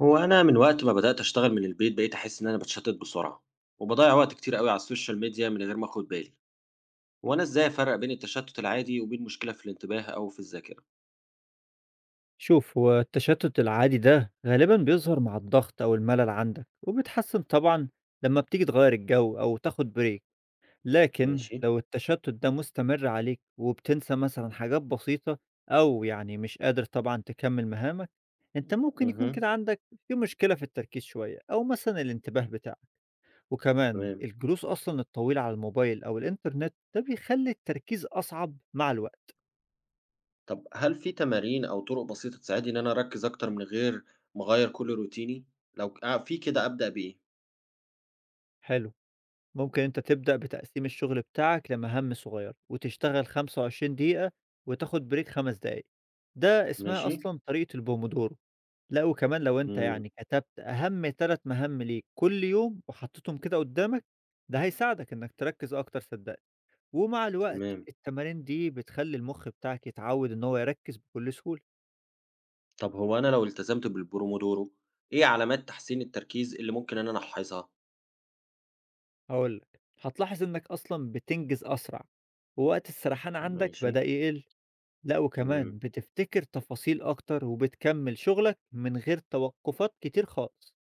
هو أنا من وقت ما بدأت أشتغل من البيت بقيت أحس إن أنا بتشتت بسرعة وبضيع وقت كتير قوي على السوشيال ميديا من غير ما أخد بالي، وأنا إزاي أفرق بين التشتت العادي وبين مشكلة في الانتباه أو في الذاكرة؟ شوف هو التشتت العادي ده غالبا بيظهر مع الضغط أو الملل عندك وبيتحسن طبعا لما بتيجي تغير الجو أو تاخد بريك. لكن ماشي. لو التشتت ده مستمر عليك وبتنسى مثلا حاجات بسيطة أو يعني مش قادر طبعا تكمل مهامك، انت ممكن يكون اها. كده عندك في مشكلة في التركيز شوية أو مثلا الانتباه بتاعك. وكمان تمام. الجلوس أصلا الطويل على الموبايل أو الإنترنت ده بيخلي التركيز أصعب مع الوقت. طب هل في تمارين او طرق بسيطة تساعدني ان انا اركز اكتر من غير ما اغير كل روتيني؟ لو في كده ابدأ بايه؟ حلو، ممكن أنت تبدأ بتقسيم الشغل بتاعك لمهام صغيرة وتشتغل 25 دقيقة وتاخد بريك 5 دقايق. ده اسمها ماشي؟ أصلًا طريقة البومودورو. لأ، وكمان لو أنت مم. يعني كتبت أهم 3 مهام ليك كل يوم وحطيتهم كده قدامك، ده هيساعدك إنك تركّز أكتر صدقني. ومع الوقت تمام. التمارين دي بتخلّي المخ بتاعك يتعود إن هو يركّز بكل سهولة. طب هو أنا لو التزمت بالبرومودورو، إيه علامات تحسين التركيز اللي ممكن إن أنا ألاحظها؟ هاقول لك، هتلاحظ إنك أصلًا بتنجز أسرع، ووقت السرحان عندك ماشي؟ بدأ يقل. لأ، وكمان مم. بتفتكر تفاصيل أكتر وبتكمّل شغلك من غير توقُّفات كتير خالص.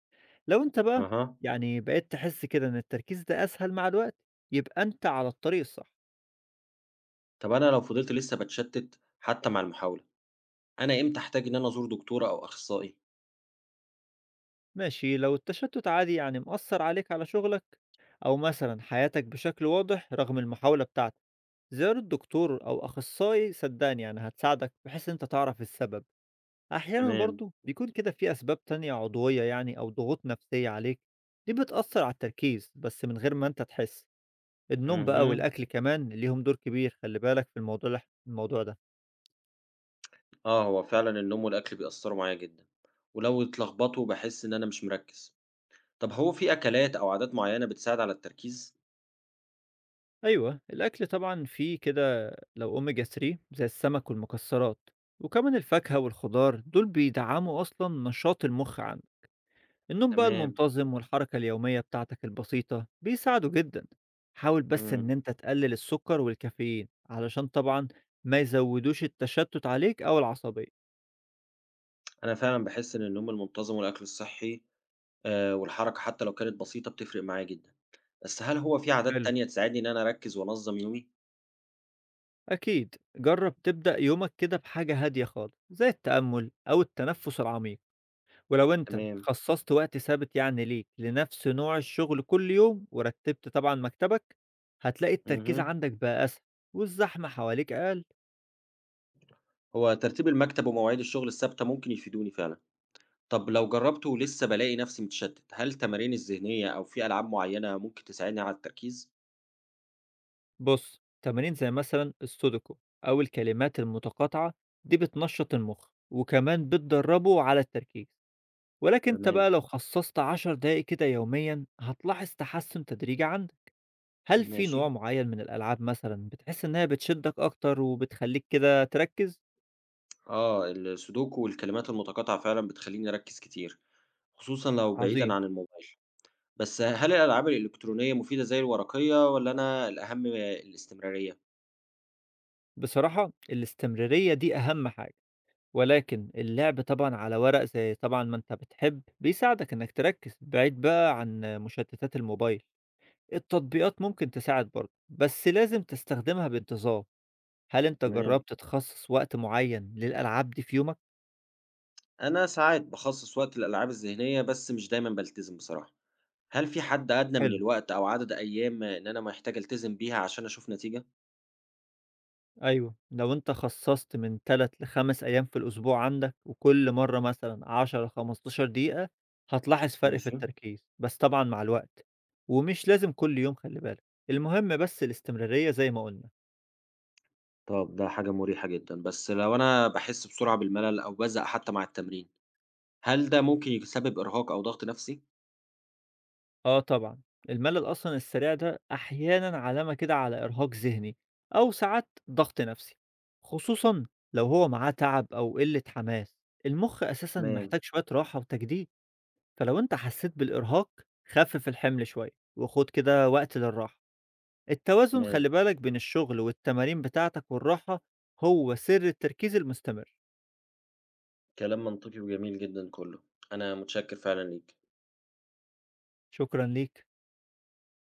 لو أنت بقى أها. يعني بقيت تحس كده إن التركيز ده أسهل مع الوقت، يبقى أنت على الطريق الصح. طب أنا لو فضلت لسه باتشتت حتى مع المحاولة، أنا إمتى أحتاج إن أنا أزور دكتور أو أخصائي؟ ماشي، لو التشتُّت عادي يعني مأثّر عليك على شغلك أو مثلًا حياتك بشكل واضح رغم المحاولة بتاعتك، زيارة دكتور أو أخصائي صدّقني يعني هتساعدك بحيث إن أنت تعرف السبب. أحيانًا تمام. برضه بيكون كده في أسباب تانية عضوية يعني أو ضغوط نفسية عليك، دي بتأثّر على التركيز بس من غير ما أنت تحس. النوم بقى اهم. والأكل كمان ليهم دور كبير، خلّي بالك في الموضوع ده. آه، هو فعلًا النوم والأكل بيأثروا معايا جدا، ولو اتلخبطوا باحس إن أنا مش مركز. طب هو في أكلات أو عادات معينة بتساعد على التركيز؟ أيوه، الأكل طبعًا فيه كده، لو omega 3 زي السمك والمكسرات، وكمان الفاكهة والخضار دول بيدعّموا أصلًا نشاط المُخ عندك. النوم بقى تمام. المنتظم والحركة اليومية بتاعتك البسيطة بيساعدوا جدا. حاول بس ان امم. انت تقلل السكر والكافيين علشان طبعا ما يزودوش التشتت عليك او العصبية. أنا فعلًا باحس إن النوم المنتظم والأكل الصحي آه والحركة حتى لو كانت بسيطة بتفرق معايا جدا، بس هل هو في عادات حلو، تانية تساعدني إن أنا أركز وأنظم يومي؟ اكيد جرب تبدأ يومك كده بحاجة هادية خالص زي التأمل او التنفس العميق، ولو انت تمام. خصصت وقت ثابت يعني ليك لنفس نوع الشغل كل يوم ورتبت طبعا مكتبك، هتلاقي مهم. التركيز اها. عندك بقى اسهل والزحمة حواليك اقل. هو ترتيب المكتب ومواعيد الشغل الثابتة ممكن يفيدوني فعلًا. طب لو جرّبته ولسه بالاقي نفسي متشتت، هل التمارين الذهنية أو في ألعاب معيّنة ممكن تساعدني على التركيز؟ بص، تمارين زي مثلا السودوكو أو الكلمات المتقاطعة دي بتنشط المخ وكمان بتدربه على التركيز، ولكن انت تمام، بقى لو خصصت 10 دقايق كده يوميا هتلاحظ تحسن تدريجي عندك. هل في ماشي. نوع معين من الألعاب مثلا بتحس إنها بتشدك أكتر وبتخليك كده تركز؟ آه، السودوكو والكلمات المتقاطعة فعلًا بتخلّيني أركّز كتير، خصوصًا لو بعيدًا عظيم. عن الموبايل. بس هل الألعاب الإلكترونية مفيدة زي الورقية، والّا أنا الأهم الاستمرارية؟ بصراحة الاستمرارية دي أهم حاجة، ولكن اللعب طبعا على ورق زي طبعا ما انت بتحب بيساعدك انك تركز بعيد بقى عن مشتتات الموبايل. التطبيقات ممكن تساعد برضه، بس لازم تستخدمها بانتظام. هل أنت تمام. جرّبت تخصّص وقت معيّن للألعاب دي في يومك؟ أنا ساعات باخصّص وقت للألعاب الذهنية، بس مش دايمًا بالتزم بصراحة. هل في حد أدنى من حلو، الوقت أو عدد أيام إن أنا محتاج ألتزم بيها عشان أشوف نتيجة؟ أيوه. لو أنت خصّصت من 3 ل5 أيام في الأسبوع عندك، وكل مرّة مثلًا 10 15 دقيقة، هتلاحظ فرق في ماشي. التركيز، بس طبعًا مع الوقت. ومش لازم كل يوم خلّي بالك، المهم بس الاستمرارية زي ما قُلنا. طب ده حاجة مريحة جدًا، بس لو أنا باحس بسرعة بالملل أو بازهق حتى مع التمرين، هل ده ممكن يسبب إرهاق أو ضغط نفسي؟ آه طبعًا، الملل أصلًا السريع ده أحيانًا علامة كده على إرهاق ذهني أو ساعات ضغط نفسي، خصوصًا لو هو معاه تعب أو قلة حماس، المخ أساسًا تمام، محتاج شوية راحة وتجديد، فلو أنت حسيت بالإرهاق خفف الحمل شوية وخد كده وقت للراحة، التوازن تمام، خلي بالك بين الشغل والتمارين بتاعتك والراحة هو سر التركيز المستمر. كلام منطقي وجميل جدًا كله، أنا متشكر فعلًا ليك. شكرًا ليك.